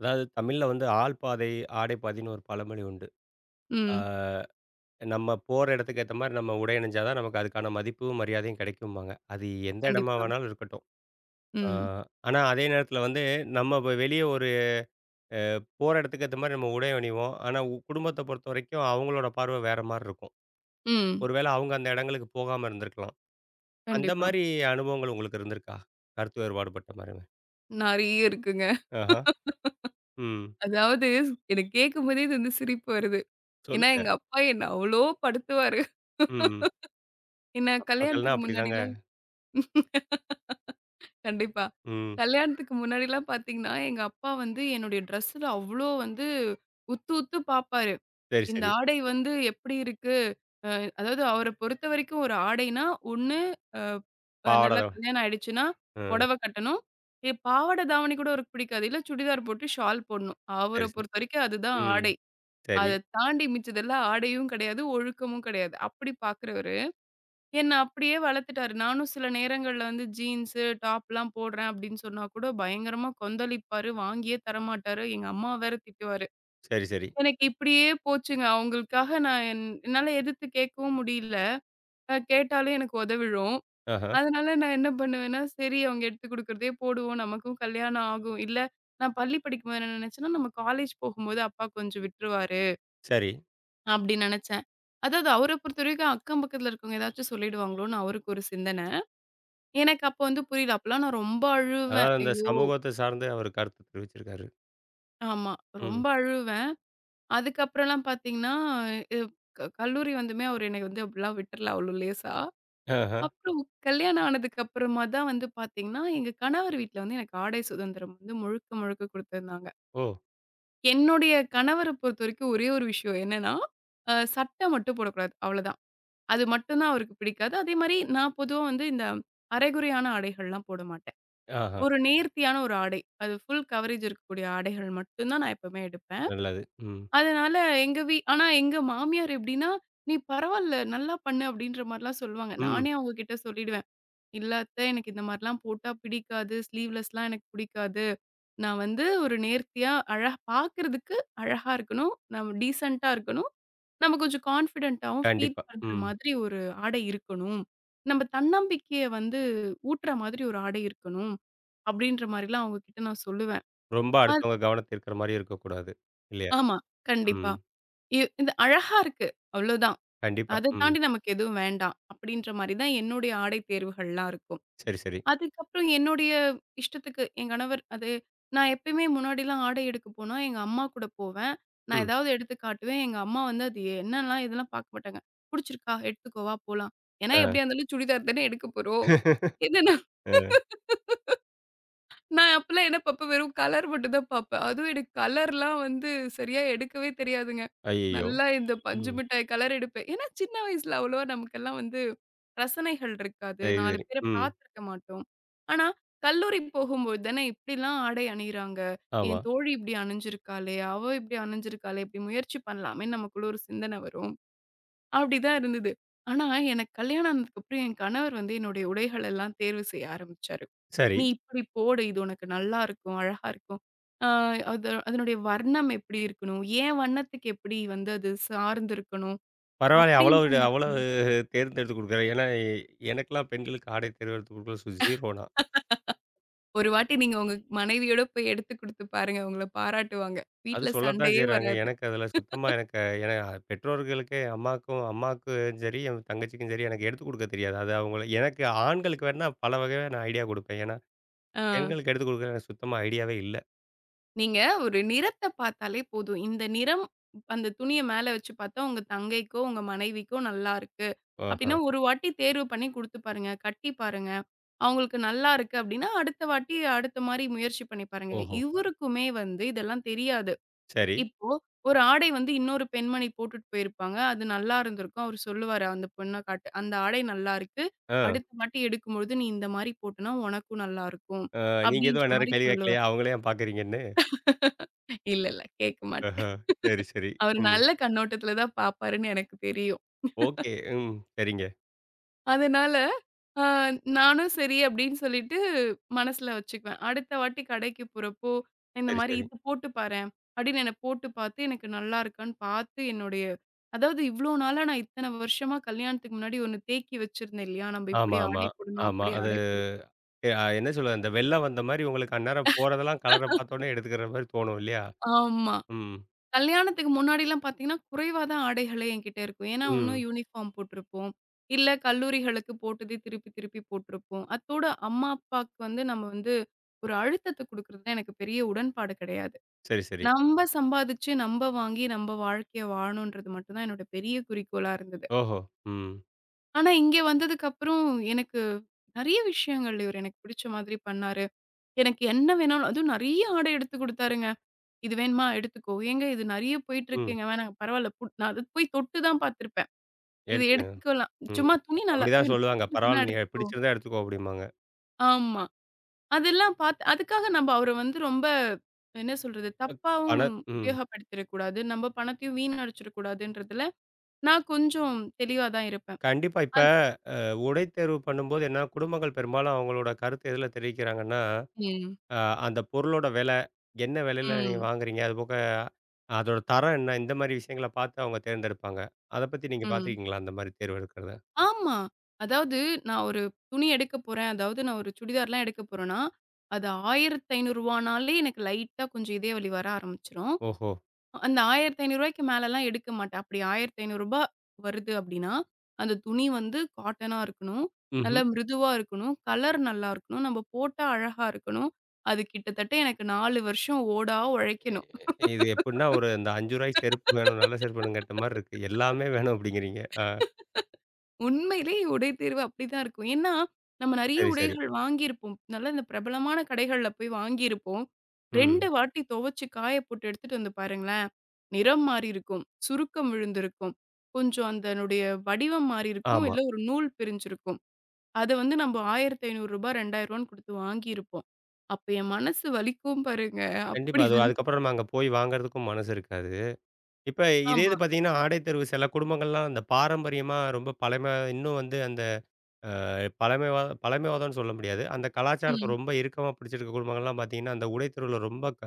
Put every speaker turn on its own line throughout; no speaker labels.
அதாவது தமிழ்ல வந்து ஆள் பாதை, ஆடை பாதைன்னு ஒரு பழமொழி உண்டு. ஆ.
ம்.
நம்ம போற இடத்துக்கு ஏத்த மாரி நம்ம உடை அணிஞ்சா தான் நமக்கு அதுக்கான மதிப்பும், மரியாதையும் கிடைக்கும்பாங்க. அது எந்த இடமா
கண்டிப்பா.
வேணாலும் இருக்கட்டும். ஆ.
ம்.
ஆனா அதே நேரத்துல வந்து நம்ம இப்ப வெளிய ஒரு போற இடத்துக்கு ஏத்த மாரி நம்ம உடை அணிவோம். ஆனா குடும்பத்த பொறுத்தவரைக்கும் அவங்களோட பார்வை வேற மாரி இருக்கும்.
ம்.
ஒருவேளை அவங்க அந்த இடங்களுக்கு போகாம இருந்திருக்கலாம். அந்த
கண்டிப்பா.
மாரி அனுபவங்கள் உங்களுக்கு இருந்திருக்கா? கருத்து வேறுபாடுபட்ட மாரி.
நெறைய இருக்குங்க.
ஆஹா. ம்.
அதாவது எனக்கு கேட்கும்போதே இது வந்து சிரிப்பு வருது. ஏன்னா,
சொல்லுங்க.
எங்க அப்பா என்ன அவ்ளோ படுத்துவாரு.
ம்.
ஏன்னா
அப்பாக்கள்னா
கல்யாணத்துக்கு
அப்படிதாங்க.
முன்னாடிலாம் கண்டிப்பா.
ம்.
கல்யாணத்துக்கு முன்னாடிலாம் பார்த்தீங்கன்னா, எங்க அப்பா வந்து என்னுடைய ட்ரெஸ்ல அவ்ளோ வந்து உத்து உத்து பார்ப்பாரு.
சரி,
இந்த
சரி.
ஆடை வந்து எப்படி இருக்கு? அதாவது அவர பொறுத்தவரைக்கும் ஒரு ஆடைனா, ஒண்ணு அ அ
பாவாட
நல்லா
தான்.
கல்யாணம் ஆயிடுச்சுன்னா,
ம்.
புடவ கட்டணும். எ பாவாடை, தாவணி கூட அவருக்கு பிடிக்காது. இல்ல சுடிதார் போட்டு ஷால் போடணும்.
சரி,
அவர
சரி.
பொறுத்தவரைக்கும் அதுதான்
ம்.
ஆடை.
சரி,
அத தாண்டி மிச்சதெல்லாம் ஆடையும் கிடையாது, ஒழுக்கமும் கிடையாது. அப்படி பார்க்குறவரு, என்ன அப்படியே வளர்த்துட்டாரு. நானும் சில நேரங்கள்ல வந்து ஜீன்ஸு, டாப்லாம் போடுறேன் அப்படின்னு சொன்னா கூட பயங்கரமா கொந்தளிப்பாரு. வாங்கியே தரமாட்டாரு. எங்க அம்மா வேற திட்டுவாரு.
சரி, சரி.
எனக்கு இப்படியே போச்சுங்க. அவங்களுக்காக நான் என் என்னால எதிர்த்து கேட்கவும் முடியல. கேட்டாலே எனக்கு உதவிடும்.
ஆஹா.
அதனால நான் என்ன பண்ணுவேன்னா, சரி அவங்க எடுத்து குடுக்குறதே போடுவோம். நமக்கும் கல்யாணம் ஆகும். இல்ல நான் பள்ளி படிக்கும்போது என்ன நினைச்சேன்னா, நம்ம காலேஜ் போகும்போது அப்பா கொஞ்சம் விட்டுருவாரு
சரி.
அப்படி நினைச்சேன். அதாவது அவர பொறுத்தவரைக்கும் அக்கம் பக்கத்துல இருக்கவங்க ஏதாச்சும் சொல்லிடுவாங்களோன்னு அவருக்கு ஒரு சிந்தனை. எனக்கு அப்போ வந்து புரியல. அப்பலாம் நான் ரொம்ப அழுவேன்.
அதாவது அந்த
ஐயோ!
சமூகத்த சார்ந்து அவர் கருத்து தெரிவிச்சிருக்காரு.
ஆமா.
ம்.
ரொம்ப அழுவேன். அதுக்கப்புறம்லாம் பார்த்தீங்கன்னா, இ க கல்லூரி வந்துமே அவர் என்னை வந்து அப்படிலாம் விட்டுரல அவ்வளோ லேசா.
ஆஹா.
அப்புறம் கல்யாணம் ஆனதுக்கு அப்புறமா தான் வந்து பார்த்தீங்கன்னா, எங்க கணவர் வீட்ல வந்து எனக்கு ஆடை சுதந்திரம் வந்து முழுக்க, முழுக்க குடுத்திருந்தாங்க.
ஓ!
என்னுடைய கணவர பொறுத்தவரைக்கும் ஒரே ஒரு விஷயம் என்னன்னா, சட்டை மட்டும் போடக்கூடாது. அவ்வளோதான். அது மட்டும் தான் அவருக்கு பிடிக்காது. அதேமாரி நான் பொதுவா வந்து இந்த அரைகுறையான ஆடைகள்லாம் போட மாட்டேன்.
ஆஹா.
ஒரு நேர்த்தியான ஒரு ஆடை. அது ஃபுல் கவரேஜ் இருக்கக்கூடிய ஆடைகள் மட்டும் தான் நான் எப்பவுமே எடுப்பேன்.
நல்லது. ம்.
அதனால எங்க வீ ஆனா எங்க மாமியார் எப்படின்னா, "நீ பரவால்ல, நல்லா பண்ணு" அப்படின்ற மாரிலாம் சொல்லுவாங்க.
ம்.
நானே அவங்க கிட்ட சொல்லிடுவேன். "இல்ல அத்த எனக்கு இந்த மாரிலாம் போட்டா பிடிக்காது. ஸ்லீவ்லெஸ்லாம் எனக்கு பிடிக்காது. நான் வந்து ஒரு நேர்த்தியா அழ பாக்குறதுக்கு அழகா இருக்கணும். நம்ம டீசென்ட்டா இருக்கணும். நம்ம கொஞ்சம் கான்ஃபிடென்ட்டாவும் ஃபீல்
கண்டிப்பா.
பண்ற
ம்.
மாதிரி ஒரு ஆடை இருக்கணும். நம்ம தன்னம்பிக்கைய வந்து ஊட்டுற மாதிரி ஒரு ஆடை இருக்கணும்." அப்படின்ற மாரிலாம் அவங்க கிட்ட நான் சொல்லுவேன்.
ரொம்ப
அத்
அடுத்தவங்க கவனத்த ஈர்க்கிற மாரி இருக்கக்கூடாது. இல்லையா?
ஆமா. கண்டிப்பா.
ம்.
இது அழகா இருக்கு. அவ்வளோதான்.
கண்டிப்பா.
அத
ம்.
தாண்டி நமக்கு எதுவும் வேண்டாம். அப்படின்ற மாரி தான் என்னுடைய ஆடை தேர்வுகள்லாம் இருக்கும்.
சரி, சரி.
அதுக்கப்புறம் என்னுடைய இஷ்டத்துக்கு என் கணவர் அது நான் எப்பயுமே முன்னாடிலாம் ஆடை எடுக்க போனா, எங்க அம்மா கூட போவேன். நான்
ம்.
ஏதாவது எடுத்து காட்டுவேன். எங்க அம்மா வந்து அது என்னலாம் இதெல்லாம் பார்க்க மாட்டாங்க. "புடிச்சிருக்கா? எடுத்துக்கோ வா போலாம்." ஏன்னா
ஆ.
எப்படியா இருந்தாலும் சுடிதார் தானே எடுக்க போறோம். என்ன
அ.
நான் அப்பலாம் என்ன பார்ப்பேன், வெறும் கலர் மட்டும் தான் பார்ப்பேன். அதுவும் எனக்கு கலர்லாம் வந்து சரியா எடுக்கவே தெரியாதுங்க.
ஐயய்யோ!
நல்லா இந்த பஞ்சு
ம்.
மிட்டாய் கலர் எடுப்பேன். ஏன்னா சின்ன வயசுல அவ்வளவா நமக்கெல்லாம் வந்து ரசனைகள் இருக்காது.
சரி,
4
சரி.
பேர
ம்.
பார்த்துருக்க மாட்டோம். ஆனா கல்லூரி போகும்போது தானே இப்படிலாம் ஆடை அணியிறாங்க.
ஆமா.
என் தோழி இப்படி அணிஞ்சிருக்காளே, அவ இப்படி அணிஞ்சிருக்காளே, இப்படி முயற்சி பண்ணலாமேன்னு நமக்குள்ள ஒரு சிந்தனை வரும். அப்படிதான் இருந்தது. ஆனா, எனக்கு கல்யாணம் ஆனதுக்கப்புறம் என் கணவர் வந்து என்னுடைய உடைகள் எல்லாம் தேர்வு செய்ய ஆரம்பிச்சாரு.
சரி.
"நீ இப்படி போடு. இது உனக்கு நல்லா இருக்கும். அழகா இருக்கும். ஆ அது அதனுடைய வர்ணம் எப்படி இருக்கணும்? என் வண்ணத்துக்கு எப்படி வந்து அது சார்ந்து இருக்கணும்?"
பரவாயில்ல.
அப்படின்ற
அவ்வளவு அவ்வளவு
மாதிரி.
தேர்ந்தெடுத்து குடுக்குறாரு. ஏன்னா, எனக்கெல்லாம் பெண்களுக்கு ஆடை தேர்வு எடுத்து குடுக்குறது 0 நான்.
ஒரு வாட்டி நீங்க உங்க மனைவியோட போய் எடுத்து குடுத்து பாருங்க. உங்கள பாராட்டுவாங்க.
அது
வீட்ல
சொல்லத்தான்
சண்டையே
செய்றாங்க.
வராது.
எனக்கு அதில சுத்தமா எனக்கு ஏன்னா பெற்றோர்களுக்கே அம்மாக்கும் அம்மாக்கும் சரி, என் தங்கச்சிக்கும் சரி எனக்கு எடுத்துக் குடுக்க தெரியாது. அது அவங்கள எனக்கு ஆண்களுக்கு வேணா பல வகையா நான் ஐடியா குடுப்பேன். ஏன்னா,
ஆ.
பெண்களுக்கு எடுத்துக் குடுக்க எனக்கு சுத்தமா ஐடியாவே இல்ல.
நீங்க ஒரு நிறத்த பார்த்தாலே போதும். இந்த நிறம் அந்த துணிய மேல வச்சு பார்த்தா, உங்க தங்கைக்கோ, உங்க மனைவிக்கோ நல்லாருக்கு.
ஆஹா.
அப்டின்னா, ஒரு வாட்டி தேர்வு பண்ணி குடுத்து பாருங்க. கட்டி பாருங்க. அவங்களுக்கு நல்லாருக்கு அப்டின்னா, அடுத்த வாட்டி அடுத்த மாரி முயற்சி பண்ணி பாருங்க.
ஓஹோ!
இவருக்குமே வந்து இதெல்லாம் தெரியாது.
சரி.
இப்போ ஒரு ஆடை வந்து இன்னொரு பெண்மணி போட்டுட்டு போயிருப்பாங்க. அது நல்லா இருந்திருக்கும். அவரு சொல்லுவாரு அந்த பொண்ண காட்டு. "அந்த ஆடை நல்லாருக்கு.
ஆ.
அடுத்த வாட்டி எடுக்கும்பொழுது நீ இந்த மாரி போட்டனா உனக்கும் நல்லாருக்கும்."
ஆ. நீங்க எதுவும்
அப்டின்ற
அந்நேரம்
மாரி
கேள்வி கேட்கலையா?
சொல்லுவாரு.
அவங்களே ஏன் பார்க்குறீங்கன்னு?
இல்ல, இல்ல. கேட்க மாட்டேன்.
ஆஹா. சரி, சரி.
அவரு
ம்.
நல்ல கண்ணோட்டத்துல தான் பார்ப்பாருன்னு எனக்கு தெரியும்.
ஓகே. ம். சரிங்க.
அதனால, அ நானும் சரி அப்படின்னு சொல்லிட்டு மனசுல வச்சுக்குவேன். அடுத்த வாட்டி கடைக்கு போறப்போ, இந்த
சரி,
மாரி
சரி.
"இது போட்டு பாரேன்" அப்படின்னு என்ன போட்டு பார்த்து, எனக்கு நல்லா இருக்கான்னு பார்த்து என்னுடைய அதாவது இவ்ளோ நாளா நான் இத்தன வருஷமா கல்யாணத்துக்கு முன்னாடி ஒண்ணு தேக்கி வச்சிருந்தேன் இல்லையா? நம்ம இப்படி
ஆமா, ஆமா,
ஆடை போடணும்,
ஆமா.
அப்படி
அது
ஆடை போடணும்.
எ, அ என்ன சொல்றது? அந்த வெள்ளம் வந்த மாரி உங்களுக்கு அந்நேரம் போறதெல்லாம் கலர பார்த்தோனே எடுத்துக்கிற மாரி தோணும் இல்லையா?
ஆமா.
ம்.
கல்யாணத்துக்கு முன்னாடிலாம் பார்த்தீங்கன்னா, குறைவா தான் ஆடைகளே என்கிட்ட இருக்கும். ஏன்னா, ஒண்ணும்
ம்.
யூனிஃபார்ம் போட்டிருப்போம். இல்ல கல்லூரிகளுக்கு போட்டதே திருப்பி திருப்பி போட்டிருப்போம். அத்தோட அம்மா, அப்பாவுக்கு வந்து நம்ம வந்து ஒரு அழுத்தத்த குடுக்குறதுல எனக்கு பெரிய உடன்பாடு கிடையாது.
சரி, சரி.
நம்ப சம்பாதிச்சு, நம்ப வாங்கி, நம்ப வாழ்க்கைய வாழணுன்றது மட்டும் தான் என்னோட பெரிய குறிக்கோளா இருந்தது.
ஓஹோ! ம்.
ஆனா, இங்க வந்ததுக்கப்புறம் எனக்கு நெறைய விஷயங்கள் இவரு எனக்கு பிடிச்ச மாதிரி பண்ணாரு. எனக்கு என்ன வேணாலும் அதுவும் நெறைய ஆடை எடுத்து குடுத்தாருங்க. இது வேணுமா எடுத்துக்கோ. ஏங்க இது நெறைய
ம்.
போயிட்டுருக்குங்க வேணாங்க பரவால்ல புட் நான் அது போய் தொட்டு தான் பார்த்துருப்பேன். இது
எடுத்துங்க.
எடுத்துக்கலாம்.
ம்.
சும்மா துணி நல்லா
அப்படிதான்
எனக்கு
சொல்லுவாங்க.
புடிச்சிருக்குன்னா
பரவால்ல நீ
எடுத்துக்கோ.
பிடிச்சிருந்தா எடுத்துக்கோ அப்படிம்பாங்க.
ஆமா. அதெல்லாம் பார்த்து அதுக்காக நம்ம அவர வந்து ரொம்ப என்ன சொல்றது?
அத்
தப்பாவும்
ஆனா ம்.
உபயோகப்படுத்திறக் கூடாது. நம்ம பணத்தையும் வீணடிச்சிடக் கூடாதுன்றதுல நான் கொஞ்சம் தெளிவா தான் இருப்பேன்.
கண்டிப்பா. இப்ப
அந்
அ உடை தேர்வு பண்ணும்போது என்ன குடும்பங்கள் பெரும்பாலும் அவங்களோட கருத்து எதுல தெரிவிக்கிறாங்கன்னா,
ம்.
அ அந்த பொருளோட விலை, என்ன விலையில நீங்க
ம்.
வாங்குறீங்க? அதுபோக அதோட தரம் என்ன? இந்த மாரி விஷயங்கள பார்த்து அவங்க தேர்ந்தெடுப்பாங்க. அத பத்தி நீங்க
ம்.
பார்த்துருக்கீங்களா? அந்த மாரி தேர்வு எடுக்கிறத?
ஆமா. அதாவது நான் ஒரு துணி எடுக்க போறேன். அதாவது நான் ஒரு சுடிதார்லாம் எடுக்க போறேன்னா, அது ரூ. 1,500னாலே எனக்கு லைட்டா கொஞ்சம் இதய வலி வர ஆரம்பிச்சுரும்.
ஓஹோ!
அந்த ரூ. 1,500க்கு மேலலாம் எடுக்க மாட்டேன். அப்படி ரூ. 1,500 வருது அப்படின்னா, அந்த துணி வந்து காட்டனா இருக்கணும்.
ம்ஹ்ம்.
நல்லா மிருதுவா இருக்கணும். கலர் நல்லா இருக்கணும். நம்ம போட்டா அழகா இருக்கணும். அது கிட்டத்தட்ட எனக்கு 4 வருஷம் ஓடா
இது எப்படின்னா ஒரு இந்த ரூ. 5 செருப்பு வேணும். நல்ல
உழைக்கணும்.
செருப்பு வேணும்ன்னு கேட்ட மாரி இருக்கு. எல்லாமே வேணும் அப்படிங்கிறீங்க. ஆ.
உண்மையிலேயே உடை தேர்வு அப்படிதான் இருக்கும். ஏன்னா, நம்ம நெறைய
சரி, சரி.
உடைகள் வாங்கியிருப்போம். நல்ல இந்த பிரபலமான கடைகள்ல போய் வாங்கியிருப்போம். 2
ம்.
வாட்டி துவச்சு காய போட்டு எடுத்துட்டு வந்து பாருங்களேன், நிறம் மாறி இருக்கும், சுருக்கம் விழுந்திருக்கும், கொஞ்சம் அதனுடைய வடிவம் மாறி இருக்கும்,
ஆமா.
இல்ல ஒரு நூல் பிரிஞ்சிருக்கும். அத வந்து நம்ம ரூ. 1,500 ரூ. 2000 குடுத்து வாங்கியிருப்போம். அப்ப என் மனசு வலிக்கும் பாருங்க.
கண்டிப்பா.
அப்படி
அது அதுக்கப்புறம்
வலிக்கும்.
நம்ம அங்க போய் வாங்குறதுக்கும் மனசு இருக்காது. இப்ப இதே
ஆமா.
இது பார்த்தீங்கன்னா, ஆடை தேர்வு சில குடும்பங்கள்லாம் அந்த பாரம்பரியமா ரொம்ப பழமை இன்னும் வந்து அந்த பழமைவாதம்னு சொல்ல முடியாது. அந்த கலாச்சாரத்த
ம்.
ரொம்ப இறுக்கமா பிடிச்சிருக்க குடும்பங்கள்லாம் பார்த்தீங்கன்னா, அந்த உடை தேர்வுல ரொம்ப க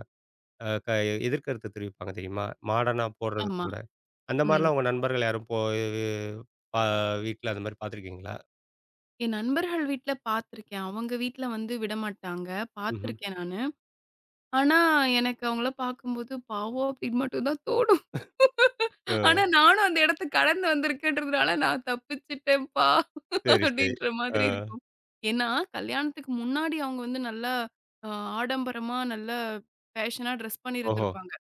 அ க எதிர் கருத்து தெரிவிப்பாங்க தெரியுமா? மாடர்னா போடுறதுக்கு
ஆமா.
கூட. அந்த
ம்.
மாரிலாம் உங்க நண்பர்கள் யாரும் போ இது பா வீட்ல அந்த மாரி பார்த்துருக்கீங்களா?
என் நண்பர்கள் வீட்ல பார்த்துருக்கேன். அவங்க வீட்ல வந்து விடமாட்டாங்க.
ம்ஹ்ம்.
பார்த்துருக்கேன் நானு. ஆனா, எனக்கு அவங்கள பார்க்கும்போது, "பாவம்" அப்படின்னு மட்டும் தான் தோணும்.
ஆ.
ஆனா, நானும் அந்த இடத்த கடந்து வந்திருக்கேன்றதுனால, "நான் தப்பிச்சுட்டேன்ப்பா"
சரி, சரி.
அப்படின்ற
ஆ.
மாதிரி இருக்கும். ஏன்னா, கல்யாணத்துக்கு முன்னாடி அவங்க வந்து நல்லா அ ஆடம்பரமா, நல்ல ஃபேஷனா ட்ரெஸ்
ஓஹோ!
பண்ணியிருந்திருப்பாங்க.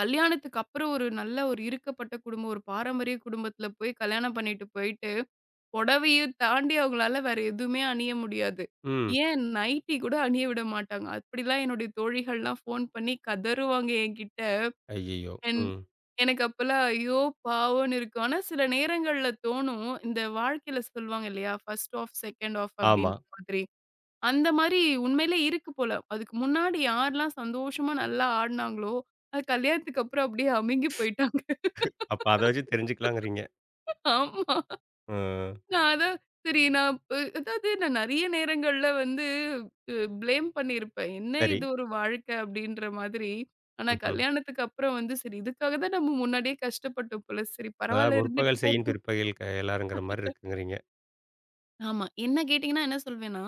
கல்யாணத்துக்கு அப்புறம் ஒரு நல்ல ஒரு இருக்கப்பட்ட குடும்பம், ஒரு பாரம்பரிய குடும்பத்தில போய் கல்யாணம் பண்ணிட்டு போயிட்டு புடவையும் தாண்டி அவங்களால வேற எதுவுமே அணிய முடியாது.
ம்.
ஏன் நைட்டி கூட அணிய விட மாட்டாங்க. அப்படிலாம் என்னுடைய தோழிகள்லாம் ஃபோன் பண்ணி கதறுவாங்க என்கிட்ட.
ஐயய்யோ!
என்
ம்.
எனக்கு அப்பலாம் ஐயோ! பாவம்ன்னு இருக்கும். ஆனா சில நேரங்கள்ல தோணும். இந்த வாழ்க்கையில சொல்லுவாங்க இல்லையா? ஃபர்ஸ்ட் ஆஃப், செகண்ட் ஆஃப்
ஆமா.
அப்படின்ற மாதிரி. அந்த மாரி உண்மையிலே இருக்கு போல. அதுக்கு முன்னாடி யாரெல்லாம் சந்தோஷமா நல்லா ஆடுனாங்களோ, அது கல்யாணத்துக்கு அப்புறம் அப்படியே அமுங்கி போயிட்டாங்க.
அப்ப அத வச்சு தெரிஞ்சுக்கலாங்கிறீங்க.
ஆமா.
ஆ.
நான் அதான் சரி நான் அ அதாவது நான் நெறைய நேரங்கள்ல வந்து அ ப்ளேம் பண்ணியிருப்பேன். என்ன
சரி.
இது ஒரு வாழ்க்கை அப்படின்ற மாதிரி. ஆனா
ம்ஹ்ம்.
கல்யாணத்துக்கு அப்புறம் வந்து சரி இதுக்காக தான் நம்ம முன்னாடியே கஷ்டப்பட்டோம் போல. சரி
அதாவது
பரவால்ல இருந்துட்டு
முற்பகல் செயின்
போட்டும்.
பிற்பகல் எல்லாருங்கிற மாரி இருக்குங்கிறீங்க.
ஆமா. என்ன கேட்டீங்கன்னா என்ன சொல்வேன்னா,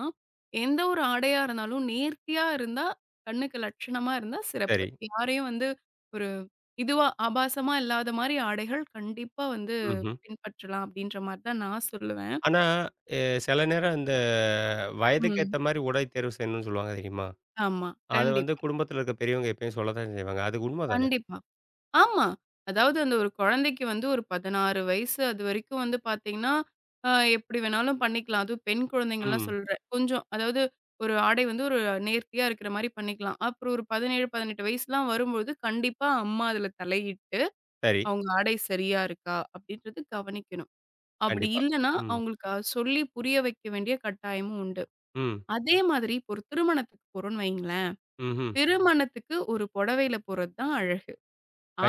எந்த ஒரு ஆடையா இருந்தாலும் நேர்த்தியா இருந்தா, கண்ணுக்கு லட்சணமா இருந்தா சிறப்பு.
சரி.
யாரையும் வந்து ஒரு இதுவா ஆபாசமா இல்லாத மாரி ஆடைகள் கண்டிப்பா வந்து
ம்ஹ்ம்.
பின்பற்றலாம் அப்படின்ற மாரி தான் நான் சொல்லுவேன்.
ஆனா, எ சில நேரம் இந்த வயதுக்கு
ம்.
ஏத்த மாரி உடை தேர்வு செய்யணும்னு சொல்லுவாங்க தெரியுமா?
ஆமா.
அது வந்து
கண்டிப்பா,
குடும்பத்தில இருக்க பெரியவங்க எப்பயும் சொல்ல தான் செய்வாங்க. அது உண்ம தானே?
கண்டிப்பா. ஆமா. அதாவது அந்த ஒரு குழந்தைக்கு வந்து ஒரு 16 வயசு அதுவரைக்கும் வந்து பார்த்தீங்கன்னா, அ எப்படி வேணாலும் பண்ணிக்கலாம். அதுவும் பெண் குழந்தைங்கலாம்
ம்.
சொல்றேன். கொஞ்சம் அதாவது ஒரு ஆடை வந்து ஒரு நேர்த்தியா இருக்கிற மாரி பண்ணிக்கலாம். அப்புறம் ஒரு 17, 18 வயசுலாம் வரும்போது கண்டிப்பா அம்மா அதுல தலையிட்டு,
சரி.
அவங்க ஆடை சரியா இருக்கா? அப்படின்றது கவனிக்கணும். அப்படி
கண்டிப்பா.
இல்லன்னா,
ம்.
அவங்களுக்கு சொல்லி புரிய வைக்க வேண்டிய கட்டாயமும் உண்டு.
ம்.
அதே மாதிரி இப்போ ஒரு திருமணத்துக்கு போறோம்ன்னு வைங்களேன்,
ம்ஹ்ம்.
திருமணத்துக்கு ஒரு புடவையில போறது தான் அழகு.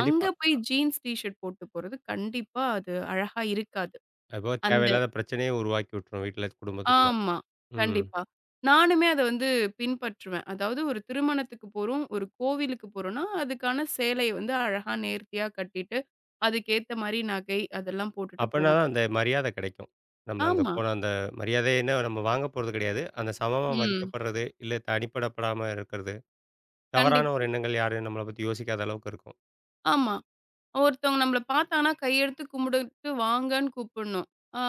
அங்க போய் ஜீன்ஸ் டீ ஷர்ட் போட்டு போறது கண்டிப்பா அது அழகா இருக்காது.
அப்போ
அந்த
தேவையில்லாத பிரச்சனையே உருவாக்கி விட்டுரும் வீட்ல, குடும்பத்துக்குள்ள.
ஆமா.
ம்.
கண்டிப்பா. நானுமே அத வந்து பின்பற்றுவேன். அதாவது ஒரு திருமணத்துக்கு போறோம், ஒரு கோவிலுக்கு போறோம்னா, அதுக்கான சேலை வந்து அழகா நேர்த்தியா கட்டிட்டு, அதுக்கேத்த மாரி நகை அதெல்லாம் போட்டுட்டு
அப்பன்னா
போவேன்.
தான் அந்த மரியாதை கிடைக்கும். நம்ம அங்க
ஆமா.
போன அந்த மரியாதைன்னா நம்ம வாங்க போறது கிடையாது. அந்த சமமா
ம்.
மதிக்கப்படுறது, இல்ல தனிப்படப்படாம இருக்கிறது. தவறான ஒரு
கண்டிப்பா.
எண்ணங்கள் யாரும் நம்மள பத்தி யோசிக்காத அளவுக்கு இருக்கும்.
ஆமா. ஒருத்தவங்க நம்மள பார்த்தாங்கன்னா கையெடுத்து கும்பிடுட்டு வாங்கன்னு கூப்பிடணும். ஆ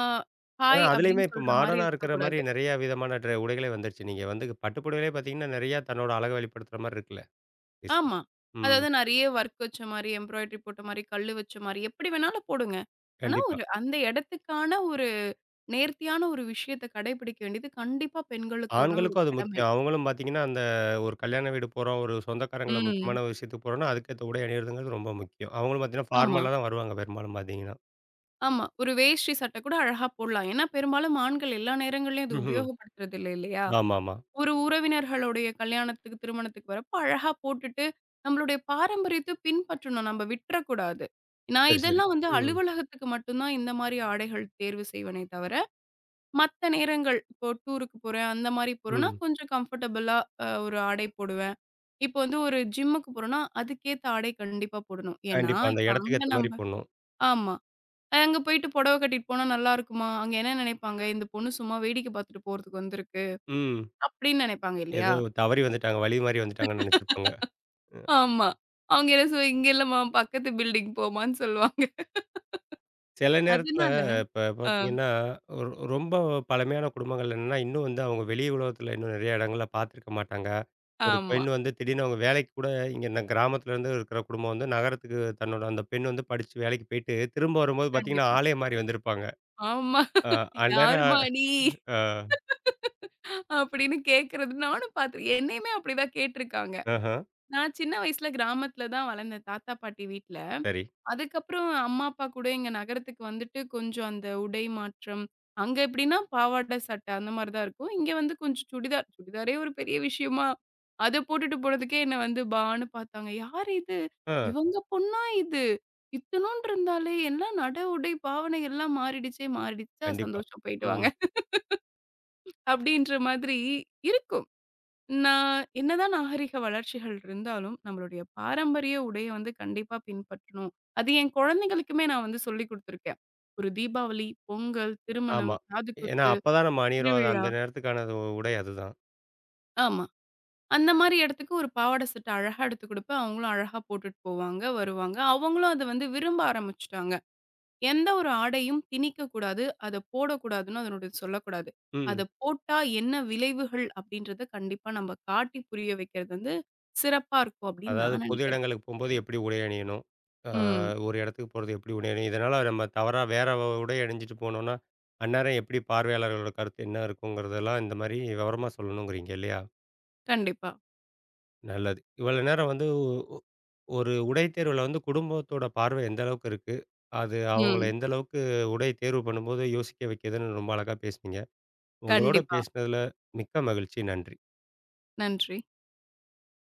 ஆனா,
ஹாய்
அதிலேயுமே
அப்படின்னு
இப்ப
சொல்ற மாரி
மாடர்னா இருக்கிற மாரி
இருக்கக்கூடாது.
நெறைய விதமான உடைகளே வந்துருச்சு. நீங்க வந்து பட்டு புடவையிலே பார்த்தீங்கன்னா, நெறையா தன்னோட அழக வெளிப்படுத்துற மாரி இருக்குல்ல. டிசைன்.
ஆமா.
ம்.
அதாவது நெறைய ஒர்க் வச்ச மாரி, எம்ப்ராய்டரி போட்ட மாரி, கல்லு வச்ச மாரி எப்படி வேணாலும் போடுங்க. ஆனா,
கண்டிப்பா.
ஒரு அந்த இடத்துக்கான ஒரு நேர்த்தியான ஒரு விஷயத்த கடைபிடிக்க வேண்டியது கண்டிப்பா பெண்களுக்கான ஒரு
ஆண்களுக்கும் அது
கடமை.
முக்கியம். அவங்களும் பார்த்தீங்கன்னா, அந்த ஒரு கல்யாண வீடு போறோம், ஒரு சொந்தக்காரங்கள
ம்.
முக்கியமான ஒரு விஷயத்துக்கு போறோம்னா, அதுக்கேத்த உடை அணியிறதுங்கிறது ரொம்ப முக்கியம். அவங்களும் பார்த்தீங்கன்னா,
ஆமா,
ஃபார்மலா தான் வருவாங்க பெரும்பாலும் பார்த்தீங்கன்னா.
ஆமா. ஒரு வேஷ்டி சட்டை கூட அழகா போடலாம். ஏன்னா, பெரும்பாலும் ஆண்கள் எல்லா நேரங்கள்லயும் இது
ம்ஹ்ம்.
உபயோகப்படுத்துறது இல்ல இல்லையா?
ஆமாமா.
ஒரு உறவினர்களுடைய கல்யாணத்துக்கு, திருமணத்துக்கு வரப்போ அழகா போட்டுட்டு, நம்மளுடைய பாரம்பரியத்த பின்பற்றணும். நம்ம விட்டுறக்கூடாது. நான்
சரி, சரி.
இதெல்லாம் வந்து
ம்.
அலுவலகத்துக்கு மட்டும் தான் இந்த மாரி ஆடைகள் தேர்வு செய்வனே தவிர மத்த நேரங்கள், இப்போ டூருக்கு போறேன், அந்த மாரி போறேன்னா,
ம்.
கொஞ்சம் கம்ஃபர்டபுளா ஒரு ஆடை போடுவேன். இப்போ வந்து ஒரு ஜிம்முக்கு போறோம்னா, அதுக்கேத்த ஆடை கண்டிப்பா போடணும். ஏன்னா,
கண்டிப்பா. அந்த
இப்ப
இடத்துக்கு
அங்க
ஏத்த மாரி
நம்ப
போடணும்.
ஆமா. அங்க போயிட்டு புடவை கட்டிட்டு போனா நல்லா இருக்குமா? அங்க என்ன நினைப்பாங்க? இந்த பொண்ணு சும்மா வேடிக்கை பார்த்துட்டு போறதுக்கு வந்திருக்கு,
ம்.
அப்படின்னு நினைப்பாங்க இல்லையா?
ஏதோ தவறி வந்துட்டாங்க. வழி மாறி வந்துட்டாங்கன்னு நெனைச்சிருப்பாங்க.
ஆமா. அவங்க என்ன சொ இங்க இல்லம்மா, பக்கத்து பில்டிங் போம்மான்னு சொல்லுவாங்க.
சில நேரத்தில
அதனால
இப்ப
ஆ,
பார்த்தீங்கன்னா, ஒரு ரொம்ப பழமையான குடும்பங்கள்ல என்னன்னா, இன்னும் வந்து அவங்க வெளி உலகத்தில இன்னும் நெறைய இடங்கள்ல பார்த்துருக்க மாட்டாங்க. ஒரு
ஆமா.
பெண் வந்து திடீர்னு அவங்க வேலைக்கு கூட இங்க இந்த கிராமத்துல இருந்து இருக்கிற குடும்பம் வந்து நகரத்துக்கு தன்னோட அந்த பெண் வந்து படிச்சு வேலைக்கு போயிட்டு, திரும்ப வரும்போது பார்த்தீங்கன்னா,
கண்டிப்பா.
ஆளே மாறி வந்திருப்பாங்க.
ஆமா.
அ அந்நேரம்.
யாரும்மா நீ?
அ
அப்படின்னு கேட்கறது நானும் பார்த்து என்னையுமே அப்படிதான் கேட்டுருக்காங்க.
ஆஹா,
நான் சின்ன வயசுல கிராமத்துல தான் வளர்ந்தேன் தாத்தா பாட்டி வீட்ல.
சரி.
அதுக்கப்புறம் அம்மா, அப்பா கூட எங்க நகரத்துக்கு வந்துட்டு கொஞ்சம் அந்த உடை மாற்றம். அங்க எப்படின்னா பாவாடை, சட்டை அந்த மாரி தான் இருக்கும். இங்க வந்து கொஞ்சம் சுடிதார். சுடிதாரே ஒரு பெரிய விஷயமா, அத போட்டுட்டு போனதுக்கே என்ன வந்து பான்னு பார்த்தாங்க. யார் இது?
ஆ.
இவங்க பொண்ணா இது? இத்துணூண்டு இருந்தாலே எல்லாம் நட, உடை, பாவனை எல்லாம் மாறிடுச்சே மாறிடுச்சா
கண்டிப்பா.
சந்தோஷம் போயிட்டு
ம்.
வாங்க. அப்படின்ற மாதிரி இருக்கும். நான் என்னதான் நாகரிக வளர்ச்சிகள் இருந்தாலும், நம்மளுடைய பாரம்பரிய உடைய வந்து கண்டிப்பா பின்பற்றணும். அது என் குழந்தைகளுக்குமே நான் வந்து சொல்லிக் குடுத்துருக்கேன். ஒரு தீபாவளி, பொங்கல், திருமணம்,
ஆமா. ஏன்னா,
காதுகுத்து,
அப்ப தான் நம்ம அணியிறோம். அது
திருவிழா
அந்த நேரத்துக்கான அது உடை அதுதான்.
ஆமா. அந்த மாரி இடத்துக்கு ஒரு பாவாடை சட்டை அழகா எடுத்து குடுப்பேன். அவங்களும் அழகா போட்டுட்டு போவாங்க, வருவாங்க. அவங்களும் அத வந்து விரும்ப ஆரம்பிச்சுட்டாங்க. எந்த ஒரு ஆடையும் திணிக்கக்கூடாது. அத போடக்கூடாதுன்னு அதனுடைய சொல்லக்கூடாது. அத
ம்.
போட்டா என்ன விளைவுகள் அப்படின்றத கண்டிப்பா நம்ம காட்டி புரிய வைக்கிறது வந்து சிறப்பா இருக்கும் அப்படின்னு
அதாவது
நான்
பொது
நினைக்கிறேன்.
இடங்களுக்கு போம்போது எப்படி உடை அணியணும்? அ
ம்.
ஒரு இடத்துக்கு போறது எப்படி உடை அணியணும்? இதனால நம்ம தவறா வேற உடை அணிஞ்சிட்டு போனோம்னா, அந்நேரம் எப்படி பார்வையாளர்களோட கருத்து என்ன இருக்குங்கிறதெல்லாம் இந்த மாரி விவரமா சொல்லணுங்கிறீங்க இல்லையா?
கண்டிப்பா.
நல்லது. இவ்வளோ நேரம் வந்து ஒ ஒரு உடை தேர்வுல வந்து குடும்பத்தோட பார்வை எந்த அளவுக்கு இருக்கு? அது அவங்கள
ம்.
எந்த அளவுக்கு உடை தேர்வு பண்ணும்போது யோசிக்க வைக்குதுன்னு ரொம்ப அழகா பேசுனீங்க. உங்களோட
கண்டிப்பா.
பேசினதுல மிக்க மகிழ்ச்சி. நன்றி.
நன்றி.